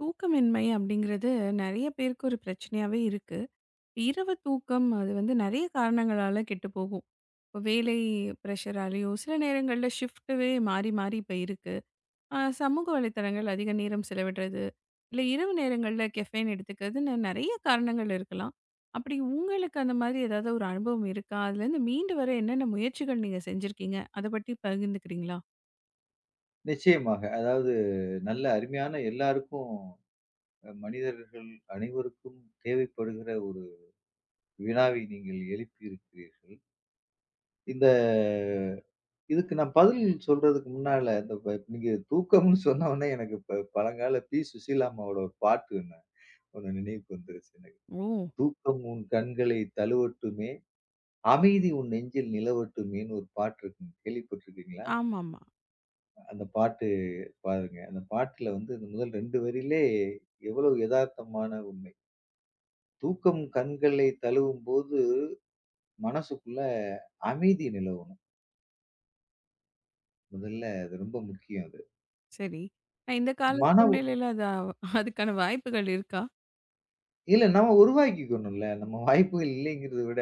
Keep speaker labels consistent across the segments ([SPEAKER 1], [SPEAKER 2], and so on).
[SPEAKER 1] தூக்கமின்மை அப்படிங்கிறது நிறைய பேருக்கு ஒரு பிரச்சனையாவே இருக்கு. இரவு தூக்கம் அது வந்து நிறைய காரணங்களால கெட்டு போகும். இப்ப வேலை பிரஷராலயோ, சில நேரங்கள்ல ஷிஃப்ட்டுவே மாறி மாறி இப்ப இருக்கு. சமூக வலைத்தளங்கள் அதிக நேரம் செலவிடுறது, இல்ல இரவு நேரங்கள்ல கெஃபைன் எடுத்துக்கிறதுன்னு நிறைய காரணங்கள் இருக்கலாம். அப்படி உங்களுக்கு அந்த மாதிரி ஏதாவது ஒரு அனுபவம் இருக்கா? அதுலேருந்து மீண்டு வர என்னென்ன முயற்சிகள் நீங்க செஞ்சிருக்கீங்க? அத பத்தி பகிர்ந்துக்கிறீங்களா?
[SPEAKER 2] நிச்சயமாக. அதாவது நல்ல அருமையான எல்லாருக்கும் மனிதர்கள் அனைவருக்கும் தேவைப்படுகிற ஒரு வினாவை நீங்கள் எழுப்பி இருக்கிறீர்கள். இந்த இதுக்கு நான் பதில் சொல்றதுக்கு முன்னால இந்த ப நீங்க தூக்கம்னு சொன்னவுனே எனக்கு பழங்கால பி. சுசீலா அம்மாவோட ஒரு பாட்டு ஒண்ணு ஒண்ணு நினைவுக்கு வந்துருச்சு எனக்கு.
[SPEAKER 1] ஓ!
[SPEAKER 2] "தூக்கம் உன் கண்களை தழுவட்டுமே, அமைதி உன் நெஞ்சில் நிலவட்டுமேன்னு" ஒரு பாட்டு இருக்குங்க. கேள்விப்பட்டுருக்கீங்களா?
[SPEAKER 1] ஆமாமா.
[SPEAKER 2] அந்த பாட்டு பாருங்க. அந்த பாட்டுல வந்து இந்த முதல் 2 வரியிலே எவ்வளவு எதார்த்தமான உண்மை. தூக்கம் கண்களை தழுவும்போது மனசுக்குள்ள அமைதி நிலவணும். முதல்ல அது ரொம்ப முக்கியம் அது.
[SPEAKER 1] சரி. இந்த கால
[SPEAKER 2] மன உ
[SPEAKER 1] சூழ்நிலையில அது அதுக்கான வாய்ப்புகள் இருக்கா?
[SPEAKER 2] இல்ல நம்ம உருவாக்கிக்கணும்ல. நம்ம வாய்ப்புகள் இல்லைங்கிறத விட,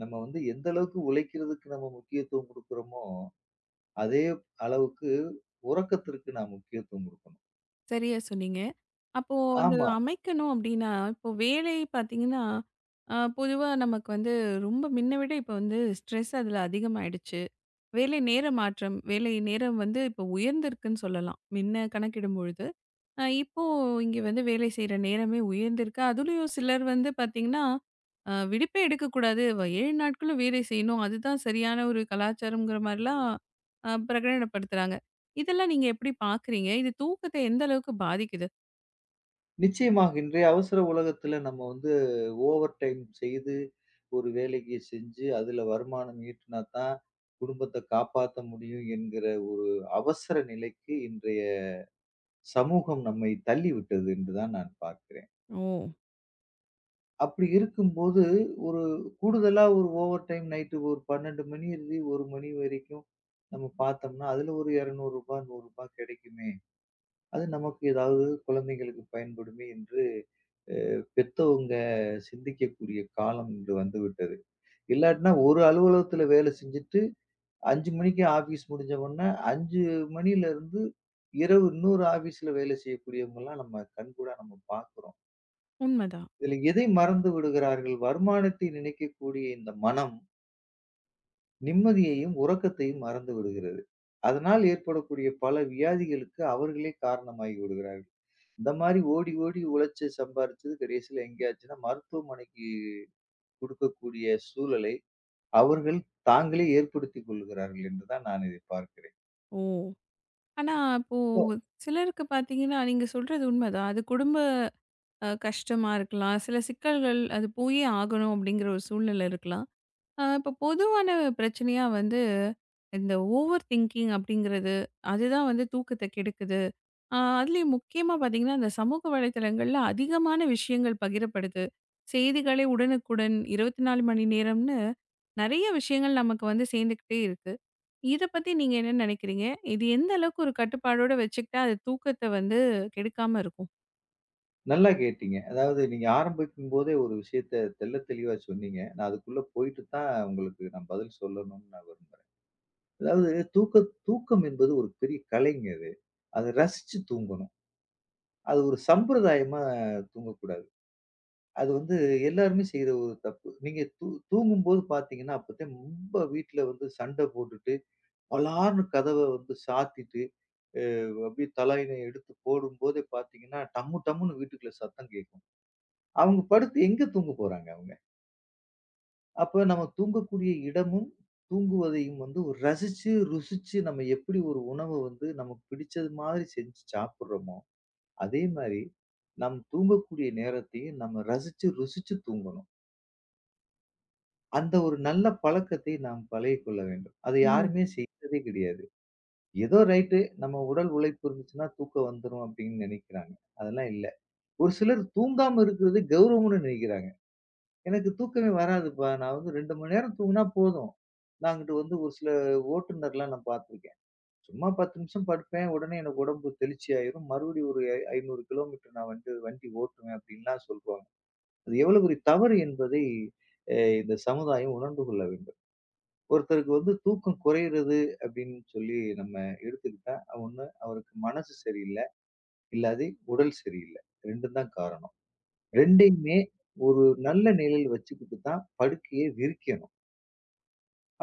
[SPEAKER 2] நம்ம வந்து எந்த அளவுக்கு உழைக்கிறதுக்கு நம்ம முக்கியத்துவம் குடுக்குறோமோ, அதே அளவுக்கு உறக்கத்திற்கு நாம் முக்கியத்துவம் குடுக்கணும்.
[SPEAKER 1] சரியா சொன்னீங்க. அப்போ அது
[SPEAKER 2] ஆமா.
[SPEAKER 1] அமைக்கணும் அப்டின்னா, இப்போ வேலை பார்த்தீங்கன்னா, பொதுவா நமக்கு வந்து ரொம்ப மின்ன விட இப்போ வந்து ஸ்ட்ரெஸ் அதில அதிகமாயிடுச்சு. வேலை நேர மாற்றம், வேலை நேரம் வந்து இப்போ உயர்ந்திருக்குன்னு சொல்லலாம். மின்ன கணக்கிடும் பொழுது. இப்போ இங்க வந்து வேலை செய்ற நேரமே உயர்ந்திருக்கு. அதுலயும் சிலர் வந்து பார்த்தீங்கன்னா, விடுப்பே எடுக்கக்கூடாது. 7 நாட்களும் வேலை செய்யணும். அதுதான் சரியான ஒரு கலாச்சாரம்ங்கிற மாரிலாம் பிரகடனப்படுத்துறாங்க. இதெல்லாம் நீங்க எப்படி பார்க்குறீங்க? இது தூக்கத்த எந்த அளவுக்கு பாதிக்குது?
[SPEAKER 2] நிச்சயமாக. இன்றைய அவசர உலகத்துல நம்ம வந்து ஓவர் டைம் செய்து, ஒரு வேலைக்கு செஞ்சு, அதுல வருமானம் ஈட்டினா தான் குடும்பத்த காப்பாத்த முடியும் என்கிற ஒரு அவசர நிலைக்கு இன்றைய சமூகம் நம்மை தள்ளிவிட்டது என்று தான் நான் பார்க்கிறேன்.
[SPEAKER 1] ஓ!
[SPEAKER 2] அப்படி இருக்கும்போது, ஒரு கூடுதலா ஒரு ஓவர் டைம் நைட்டு ஒரு 12 மணி இருந்து 1 மணி வரைக்கும் நம்ம பார்த்தோம்னா, அதுல ஒரு ரூ. 200 ரூ. 100 கிடைக்குமே! அது நமக்கு ஏதாவது குழந்தைகளுக்கு பயன்படுமே என்று பெத்தவங்க சிந்திக்கக்கூடிய காலம் இன்று வந்து விட்டது. இல்லாட்டினா ஒரு அலுவலகத்துல வேலை செஞ்சுட்டு 5 மணிக்கு ஆபீஸ் முடிஞ்ச உடனே 5 மணியில இருந்து இரவு இன்னொரு ஆபீஸ்ல வேலை செய்யக்கூடியவங்கலாம் நம்ம கண்கூடா நம்ம பார்க்கிறோம்.
[SPEAKER 1] உண்மதான்.
[SPEAKER 2] இதுல எதை மறந்து விடுகிறார்கள்? வருமானத்தை நினைக்கக்கூடிய இந்த மனம் நிம்மதியையும், உறக்கத்தையும் மறந்து விடுகிறது. அதனால் ஏற்படக்கூடிய பல வியாதிகளுக்கு அவர்களே காரணமாகி விடுகிறார்கள். இந்த மாரி ஓடி ஓடி உழைச்சு சம்பாரிச்சது கடைசியில எங்கேயாச்சுன்னா மருத்துவமனைக்கு கொடுக்கக்கூடிய சூழலை அவர்கள் தாங்களே ஏற்படுத்திக் கொள்கிறார்கள் என்றுதான் நான் இதை பார்க்கிறேன்.
[SPEAKER 1] ஓ! ஆனா, அப்போ
[SPEAKER 2] ஓ!
[SPEAKER 1] சிலருக்கு பார்த்தீங்கன்னா, நீங்க சொல்றது உண்மதான். அது குடும்ப கஷ்டமா இருக்கலாம். சில சிக்கல்கள் அது போயே ஆகணும் அப்படிங்கிற ஒரு சூழ்நிலை இருக்கலாம். ஆ, இப்போ பொதுவான பிரச்சனையா வந்து இந்த ஓவர் திங்கிங் அப்படிங்கிறது அதுதான் வந்து தூக்கத்தை கெடுக்குது. ஆ, அதுலயும் முக்கியமா பாத்தீங்கன்னா இந்த சமூக வலைத்தளங்கள்ல அதிகமான விஷயங்கள் பகிரப்படுது. செய்திகளே உடனுக்குடன் இருபத்தி நாலு மணி நேரம்னு நிறைய விஷயங்கள் நமக்கு வந்து சேர்ந்துக்கிட்டே இருக்கு. இதை பத்தி நீங்க என்ன நினைக்கிறீங்க? இது எந்த அளவுக்கு ஒரு கட்டுப்பாடோட வச்சுக்கிட்டா அது தூக்கத்தை வந்து கெடுக்காம இருக்கும்?
[SPEAKER 2] நல்லா கேட்டீங்க. அதாவது நீங்க ஆரம்பிக்கும் போதே ஒரு விஷயத்த தெள்ள தெளிவா சொன்னீங்க. நான் அதுக்குள்ள போயிட்டு தான் உங்களுக்கு நான் பதில் சொல்லணும்னு நான் விரும்புறேன். அதாவது தூக்க தூக்கம் என்பது ஒரு பெரிய கலைங்க அது. அத ரசிச்சு தூங்கணும். அது ஒரு சம்பிரதாயமா தூங்கக்கூடாது. அது வந்து எல்லாருமே செய்ற ஒரு தப்பு. நீங்க தூங்கும்போது பார்த்தீங்கன்னா, அப்பத்தே ரொம்ப வீட்ல வந்து சண்ட போட்டுட்டு பலார்ன்னு கதவ வந்து சாத்திட்டு, அ அப்படியே தலாயிணை எடுத்து போடும்போதே பார்த்தீங்கன்னா, டம்மு டம்முன்னு வீட்டுக்குள்ள சத்தம் கேட்கும். அவங்க படுத்து எங்க தூங்க போறாங்க அவங்க? அப்ப நம்ம தூங்கக்கூடிய இடமும், தூங்குவதையும் வந்து ஒரு ரசிச்சு, ருசிச்சு நம்ம எப்படி ஒரு உணவ வந்து நமக்கு பிடிச்சது மாதிரி செஞ்சு சாப்பிடுறோமோ, அதே மாரி நம் தூங்கக்கூடிய நேரத்தையும் நம்ம ரசிச்சு, ருசிச்சு தூங்கணும். அந்த ஒரு நல்ல பழக்கத்தை நாம் பழகிக்கொள்ள வேண்டும். அத
[SPEAKER 1] ம்.
[SPEAKER 2] யாருமே செய்றதே கிடையாது. ஏதோ ரைட்டு. நம்ம உடல் உழைப்பு இருந்துச்சுன்னா தூக்கம் வந்துரும் அப்படின்னு நெனைக்கிறாங்க. அதெல்லாம் இல்ல. ஒரு சிலர் தூங்காம இருக்கிறது கௌரவம்னு நெனைக்கிறாங்க. எனக்கு தூக்கமே வராதுப்பா. நான் வந்து 2 மணி நேரம் தூங்குனா போதும். நான் அங்கிட்டு வந்து ஒரு சில ஓட்டுநர்லாம் நான் பார்த்துருக்கேன். சும்மா 10 நிமிஷம் படுப்பேன். உடனே எனக்கு உடம்பு தெளிச்சி ஆயிரும். மறுபடியும் ஒரு 500 கிலோமீட்டர் நான் வந்து வண்டி ஓட்டுவேன் அப்படின்லாம் சொல்றாங்க. அது எவ்வளவு பெரிய தவறு என்பதை அ இந்த சமுதாயம் உணர்ந்து கொள்ள வேண்டும். ஒருத்தருக்கு வந்து தூக்கம் குறையிறது அப்படின்னு சொல்லி நம்ம எடுத்துக்கிட்டா, ஒண்ணு அவருக்கு மனசு சரியில்லை, இல்லாது உடல் சரியில்லை. ரெண்டும் தான் காரணம். ரெண்டையுமே ஒரு நல்ல நிலையில் வச்சுக்கிட்டு தான் படுக்கையை விரிக்கணும்.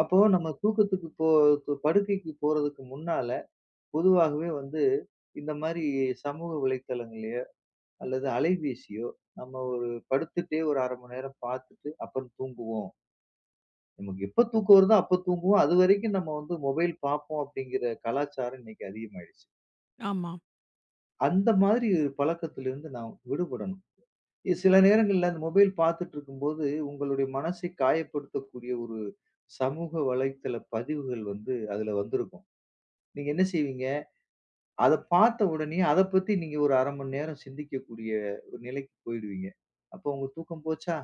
[SPEAKER 2] அப்போ நம்ம படுக்கைக்கு போறதுக்கு முன்னால பொதுவாகவே வந்து இந்த மாதிரி சமூக வலைத்தளங்களையோ அல்லது அலைபேசியோ நம்ம ஒரு படுத்துட்டே ஒரு அரை மணி நேரம் பார்த்துட்டு அப்புறம் தூங்குவோம். நமக்கு எப்ப தூக்கம் வருதோ அப்ப தூங்குவோம். அதுவரைக்கும் நம்ம வந்து மொபைல் பார்ப்போம் அப்படிங்கிற கலாச்சாரம் இன்னைக்கு அதிகமாயிடுச்சு.
[SPEAKER 1] ஆமா.
[SPEAKER 2] அந்த மாதிரி பழக்கத்திலிருந்து நாம் விடுபடணும். சில நேரங்கள்ல அந்த மொபைல் பார்த்துட்டு இருக்கும்போது, உங்களுடைய மனசை காயப்படுத்தக்கூடிய ஒரு சமூக வலைத்தள பதிவுகள் வந்து அதுல வந்திருக்கும். நீங்க என்ன செய்வீங்க? அத பார்த்த உடனே அத பத்தி நீங்க ஒரு 1/2 மணி நேரம் சிந்திக்கக்கூடிய ஒரு நிலைக்கு போயிடுவீங்க. அப்போ உங்க தூக்கம் போச்சா?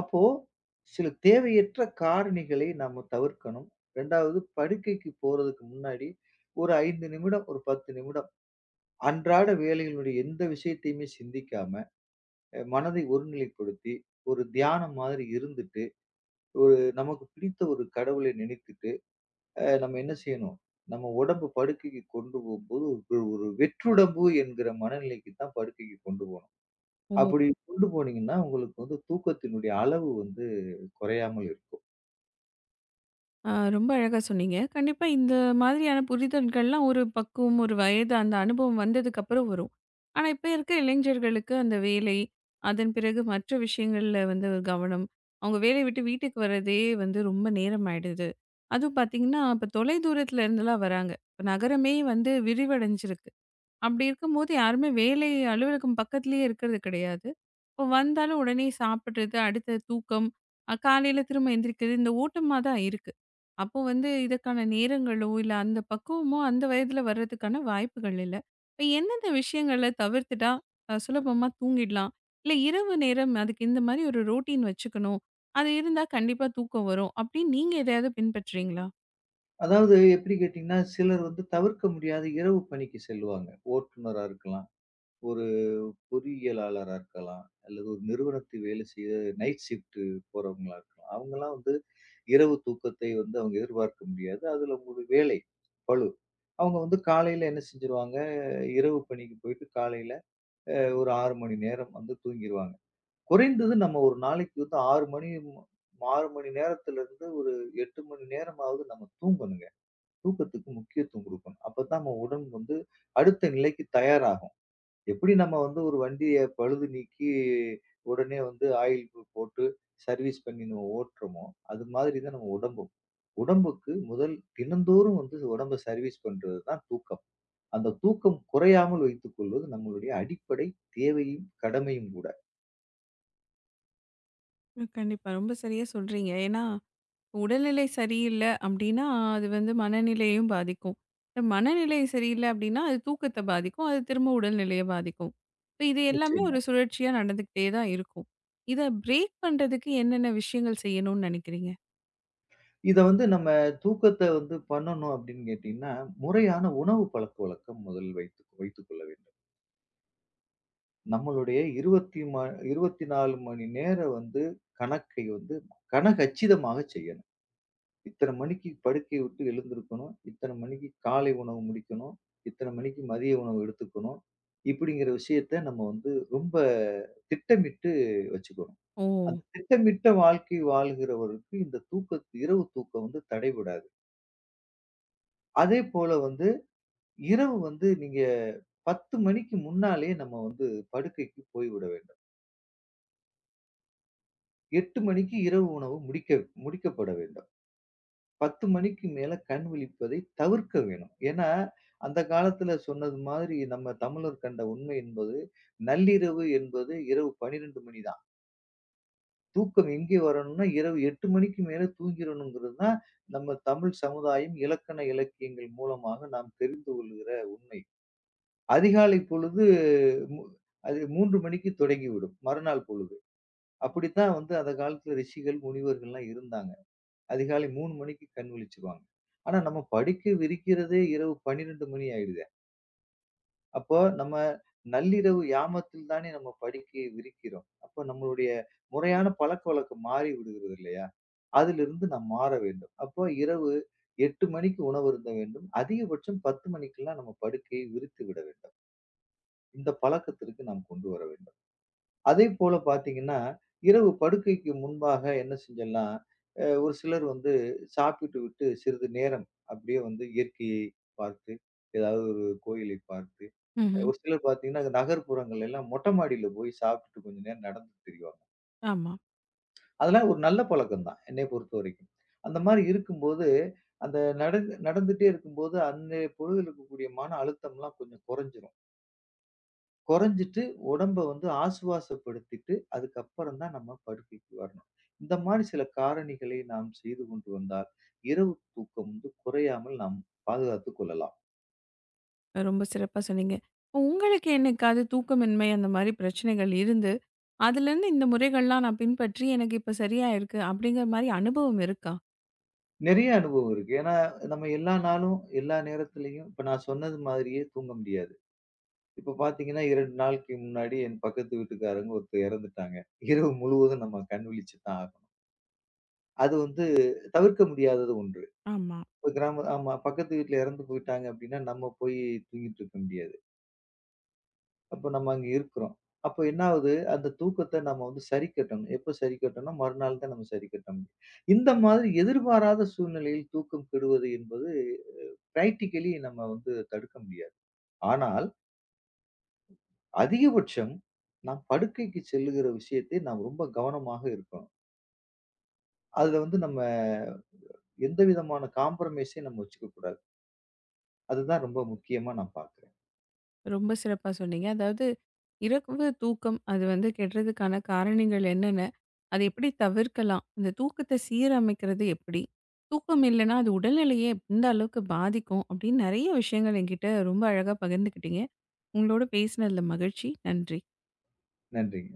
[SPEAKER 2] அப்போ, சில தேவையற்ற காரணிகளை நம்ம தவிர்க்கணும். 2வது படுக்கைக்கு போறதுக்கு முன்னாடி ஒரு 5 நிமிடம், ஒரு 10 நிமிடம் அன்றாட வேலைகளுடைய எந்த விஷயத்தையுமே சிந்திக்காம, மனதை ஒருநிலைப்படுத்தி, ஒரு தியானம் மாதிரி இருந்துட்டு, ஒரு நமக்கு பிடித்த ஒரு கடவுளை நினைத்துட்டு, நம்ம என்ன செய்யணும்? நம்ம உடம்பு படுக்கைக்கு கொண்டு போகும்போது ஒரு ஒரு வெற்றுடம்பு என்கிற மனநிலைக்கு தான் படுக்கைக்கு கொண்டு போணும். அப்படி கொண்டு போனீங்கன்னா, உங்களுக்கு வந்து தூக்கத்தினுடைய அளவு வந்து குறையாமல் இருக்கும்.
[SPEAKER 1] ஆ ரொம்ப அழகா சொன்னீங்க. கண்டிப்பா இந்த மாதிரியான புரிதல்கள்லாம் ஒரு பக்குவம், ஒரு வயது அந்த அனுபவம் வந்ததுக்கப்புறம் வரும். ஆனா, இப்ப இருக்க இளைஞர்களுக்கு அந்த வேலை, அதன் பிறகு மற்ற விஷயங்கள்ல வந்து ஒரு கவனம், அவங்க வேலைய விட்டு வீட்டுக்கு வரதே வந்து ரொம்ப நேரம் ஆயிடுது. அதுவும் பார்த்தீங்கன்னா, இப்ப தொலை தூரத்துல இருந்துலாம் வராங்க. இப்ப நகரமே வந்து விரிவடைஞ்சிருக்கு. அப்படி இருக்கும்போது யாருமே வேலை அலுவலகம் பக்கத்துலயே இருக்கிறது கிடையாது. இப்போ வந்தாலும் உடனே சாப்பிடுறது, அடுத்த தூக்கம், காலையில திரும்ப எந்திரிக்கிறது இந்த ஓட்டமா தான் இருக்கு. அப்போ வந்து இதற்கான நேரங்களோ, இல்ல அந்த பக்குவமோ அந்த வயதில வர்றதுக்கான வாய்ப்புகள் இல்ல. இப்ப எந்தெந்த விஷயங்கள தவிர்த்துட்டா சுலபமா தூங்கிடலாம்? இல்ல இரவு நேரம் அதுக்கு இந்த மாரி ஒரு ரொட்டீன் வச்சுக்கணும். அது இருந்தா கண்டிப்பா தூக்கம் வரும். அப்படின்னு நீங்க எதையாவது பின்பற்றீங்களா?
[SPEAKER 2] அதாவது எப்படி கேட்டீங்கன்னா, சிலர் வந்து தவிர்க்க முடியாத இரவு பணிக்கு செல்லுவாங்க. ஓட்டுநரா இருக்கலாம், ஒரு பொறியியலாளரா இருக்கலாம், அல்லது ஒரு நிறுவனத்தில் வேலை செய்ய நைட் ஷிஃப்ட் போறவங்களா இருக்கலாம். அவங்கலாம் வந்து இரவு தூக்கத்தை வந்து அவங்க எதிர்பார்க்க முடியாது. அதுல ஒரு வேலை பளு. அவங்க வந்து காலையில என்ன செஞ்சுருவாங்க, இரவு பணிக்கு போயிட்டு காலையில ஒரு 6 மணி நேரம் வந்து தூங்கிருவாங்க. குறைந்தது நம்ம ஒரு நாளைக்கு வந்து 6 மணி நேரத்திலிருந்து ஒரு 8 மணி நேரமாவது நம்ம தூங்கணுங்க. தூக்கத்துக்கு முக்கியத்துவம் குடுக்கணும். அப்பதான் நம்ம உடல் வந்து அடுத்த நிலைக்கு தயாராகும். எப்படி நம்ம வந்து ஒரு வண்டிய பழுது நீக்கி உடனே வந்து ஆயில் போட்டு சர்வீஸ் பண்ணி நம்ம ஓட்டுறோமோ, அது மாதிரி தான் நம்ம உடம்பும். உடம்புக்கு முதல் தினந்தோறும் வந்து உடம்ப சர்வீஸ் பண்றது தான் தூக்கம். அந்த தூக்கம் குறையாமல் வைத்துக் கொள்வது நம்மளுடைய அடிப்படை தேவையும், கடமையும் கூட.
[SPEAKER 1] ம். கண்டிப்பா. ரொம்ப சரியா சொல்றீங்க. ஏன்னா உடல்நிலை சரியில்ல அப்டின்னா, அது வந்து மனநிலையையும் பாதிக்கும். இப்ப மனநிலை சரியில்ல அப்டின்னா, அது தூக்கத்த பாதிக்கும். அது திரும்ப உடல்நிலைய பாதிக்கும். இப்ப இது எல்லாமே
[SPEAKER 2] நிச்சயமா.
[SPEAKER 1] ஒரு சுழற்சியா நடந்துக்கிட்டே தான் இருக்கும். இத பிரேக் பண்றதுக்கு என்னென்ன விஷயங்கள் செய்யணும்னு நெனைக்கிறீங்க?
[SPEAKER 2] இத வந்து நம்ம தூக்கத்த வந்து பண்ணணும் அப்படின்னு கேட்டீங்கன்னா, முறையான உணவு பழக்கவழக்கம் முதல் வைத்துக் கொள்ள வேண்டும். நம்மளுடைய 20 ம 24 மணி நேரம் வந்து கணக்கை வந்து கணக்கச்சிதமாக செய்யணும். இத்தனை மணிக்கு படுக்கைய விட்டு எழுந்திருக்கணும். இத்தனை மணிக்கு காலை உணவு முடிக்கணும். இத்தனை மணிக்கு மதிய உணவு எடுத்துக்கணும். இப்படிங்கிற விஷயத்த நம்ம வந்து ரொம்ப திட்டமிட்டு வச்சுக்கணும்.
[SPEAKER 1] ஓ!
[SPEAKER 2] அந்த திட்டமிட்ட வாழ்க்கை வாழ்கிறவருக்கு இந்த இரவு தூக்கம் வந்து தடைபடாது. அதேபோல வந்து இரவு வந்து நீங்க 10 மணிக்கு முன்னாலே நம்ம வந்து படுக்கைக்கு போய்விட வேண்டும். 8 மணிக்கு இரவு உணவு முடிக்கப்பட வேண்டும். 10 மணிக்கு மேல கண் விழிப்பதை தவிர்க்க வேணும். ஏன்னா, அந்த காலத்துல சொன்னது மாதிரி நம்ம தமிழர் கண்ட உண்மை என்பது, நள்ளிரவு என்பது இரவு 12 மணி தான். தூக்கம் எங்கே வரணும்னா, இரவு 8 மணிக்கு மேல தூங்கிறணுங்கிறது தான் நம்ம தமிழ் சமுதாயம் இலக்கண இலக்கியங்கள் மூலமாக நாம் தெரிந்து கொள்கிற உண்மை. அதிகாலை பொழுது மு அது 3 மணிக்கு தொடங்கிவிடும். மறுநாள் பொழுது. அப்படித்தான் வந்து அந்த காலத்துல ரிஷிகள், முனிவர்கள்லாம் இருந்தாங்க. அதிகாலை 3 மணிக்கு கண் விழிச்சுருவாங்க. ஆனா நம்ம படுக்க விரிக்கிறதே இரவு 12 மணி ஆயிடுதே. அப்போ நம்ம நள்ளிரவு யாமத்தில் தானே நம்ம படுக்கையை விரிக்கிறோம். அப்போ நம்மளுடைய முறையான பழக்கவழக்கம் மாறி விடுகிறது இல்லையா? அதிலிருந்து நாம் மாற வேண்டும். அப்போ இரவு 8 மணிக்கு உணவு அருந்த வேண்டும். அதிகபட்சம் 10 மணிக்கெல்லாம் நம்ம படுக்கையை விரித்து விட வேண்டும். இந்த பழக்கத்திற்கு நாம் கொண்டு வர வேண்டும். அதேபோல பார்த்தீங்கன்னா, இரவு படுக்கைக்கு முன்பாக என்ன செஞ்சிடலாம், ஒரு சிலர் வந்து சாப்பிட்டு விட்டு சிறிது நேரம் அப்படியே வந்து இயற்கையை பார்த்து, ஏதாவது ஒரு கோயிலை பார்த்து,
[SPEAKER 1] ம்ஹ்ம்.
[SPEAKER 2] ஒரு சிலர் பார்த்தீங்கன்னா, நகர்ப்புறங்கள் எல்லாம் மொட்டை மாடியில போய் சாப்பிட்டுட்டு கொஞ்ச நேரம் நடந்து திரிவாங்க.
[SPEAKER 1] ஆமா.
[SPEAKER 2] அதெல்லாம் ஒரு நல்ல பழக்கம் தான், என்னைய பொறுத்தவரைக்கும். அந்த மாரி இருக்கும்போது, அந்த நடந்து நடந்துட்டே இருக்கும்போது, அன்னைய பொழுதில் இருக்கக்கூடிய மன அழுத்தம்லாம் கொஞ்சம் குறைஞ்சிரும். குறைஞ்சிட்டு உடம்ப வந்து ஆசுவாசப்படுத்திட்டு, அதுக்கப்புறம் தான் நம்ம படுக்கைக்கு வரணும். இந்த மாரி சில காரணிகளை நாம் செய்து கொண்டு வந்தால், இரவு தூக்கம் வந்து குறையாமல் நாம் பாதுகாத்துக் கொள்ளலாம்.
[SPEAKER 1] ரொம்ப சிறப்பா சொன்னீங்க. இப்போ உங்களுக்கு என்னைக்காவது தூக்கமின்மை அந்த மாரி பிரச்சனைகள் இருந்து, அதுலேருந்து இந்த முறைகள்லாம் நான் பின்பற்றி எனக்கு இப்ப சரியா இருக்கு. அப்டிங்கிற மாரி அனுபவம் இருக்கா?
[SPEAKER 2] நெறைய அனுபவம் இருக்கு. ஏன்னா, நம்ம எல்லா நாளும், எல்லா நேரத்திலயும் இப்ப நான் சொன்னது மாதிரியே தூங்க முடியாது. இப்ப பாத்தீங்கன்னா, 2 நாளைக்கு முன்னாடி என் பக்கத்து வீட்டுக்காரங்க ஒருத்தர் இறந்துட்டாங்க. இரவு முழுவதும் நம்ம கண் விழிச்சு தான் ஆகணும். அது வந்து தவிர்க்க முடியாதது ஒன்று.
[SPEAKER 1] ஆமா.
[SPEAKER 2] இப்ப கிராம ஆமா. பக்கத்து வீட்ல இறந்து போயிட்டாங்க அப்டின்னா, நம்ம போய் தூங்கிட்டு இருக்க முடியாது. அப்ப நம்ம அங்க இருக்கிறோம். அப்ப என்ன ஆகுது? அந்த தூக்கத்த நம்ம வந்து சரி கட்டணும். எப்ப சரி கட்டணும்னா, மறுநாள் தான் நம்ம சரி கட்ட முடியும். இந்த மாதிரி எதிர்பாராத சூழ்நிலையில் தூக்கம் கெடுவது என்பது பிராக்டிகலி நம்ம வந்து தடுக்க முடியாது. ஆனால் அதிகபட்சம் நாம் படுக்கைக்கு செல்லுகிற விஷயத்தை நாம் ரொம்ப கவனமாக இருக்கணும். அதுல வந்து நம்ம எந்த விதமான காம்ப்ரமைஸையும் நம்ம வச்சுக்க கூடாது. அதுதான் ரொம்ப முக்கியமா நான் பார்க்கிறேன்.
[SPEAKER 1] ரொம்ப சிறப்பா சொன்னீங்க. அதாவது இரவு தூக்கம் அது வந்து கெடுறதுக்கான காரணங்கள் என்னென்ன? அத எப்படி தவிர்க்கலாம்? அந்த தூக்கத்த சீரமைக்கிறது எப்படி? தூக்கம் இல்லன்னா, அது உடல்நிலையை எந்த அளவுக்கு பாதிக்கும்? அப்படின்னு நெறைய விஷயங்கள் என்கிட்ட ரொம்ப அழகா பகிர்ந்துக்கிட்டீங்க. உங்களோட பேசினதுல மகிழ்ச்சி. நன்றி.
[SPEAKER 2] நன்றிங்க.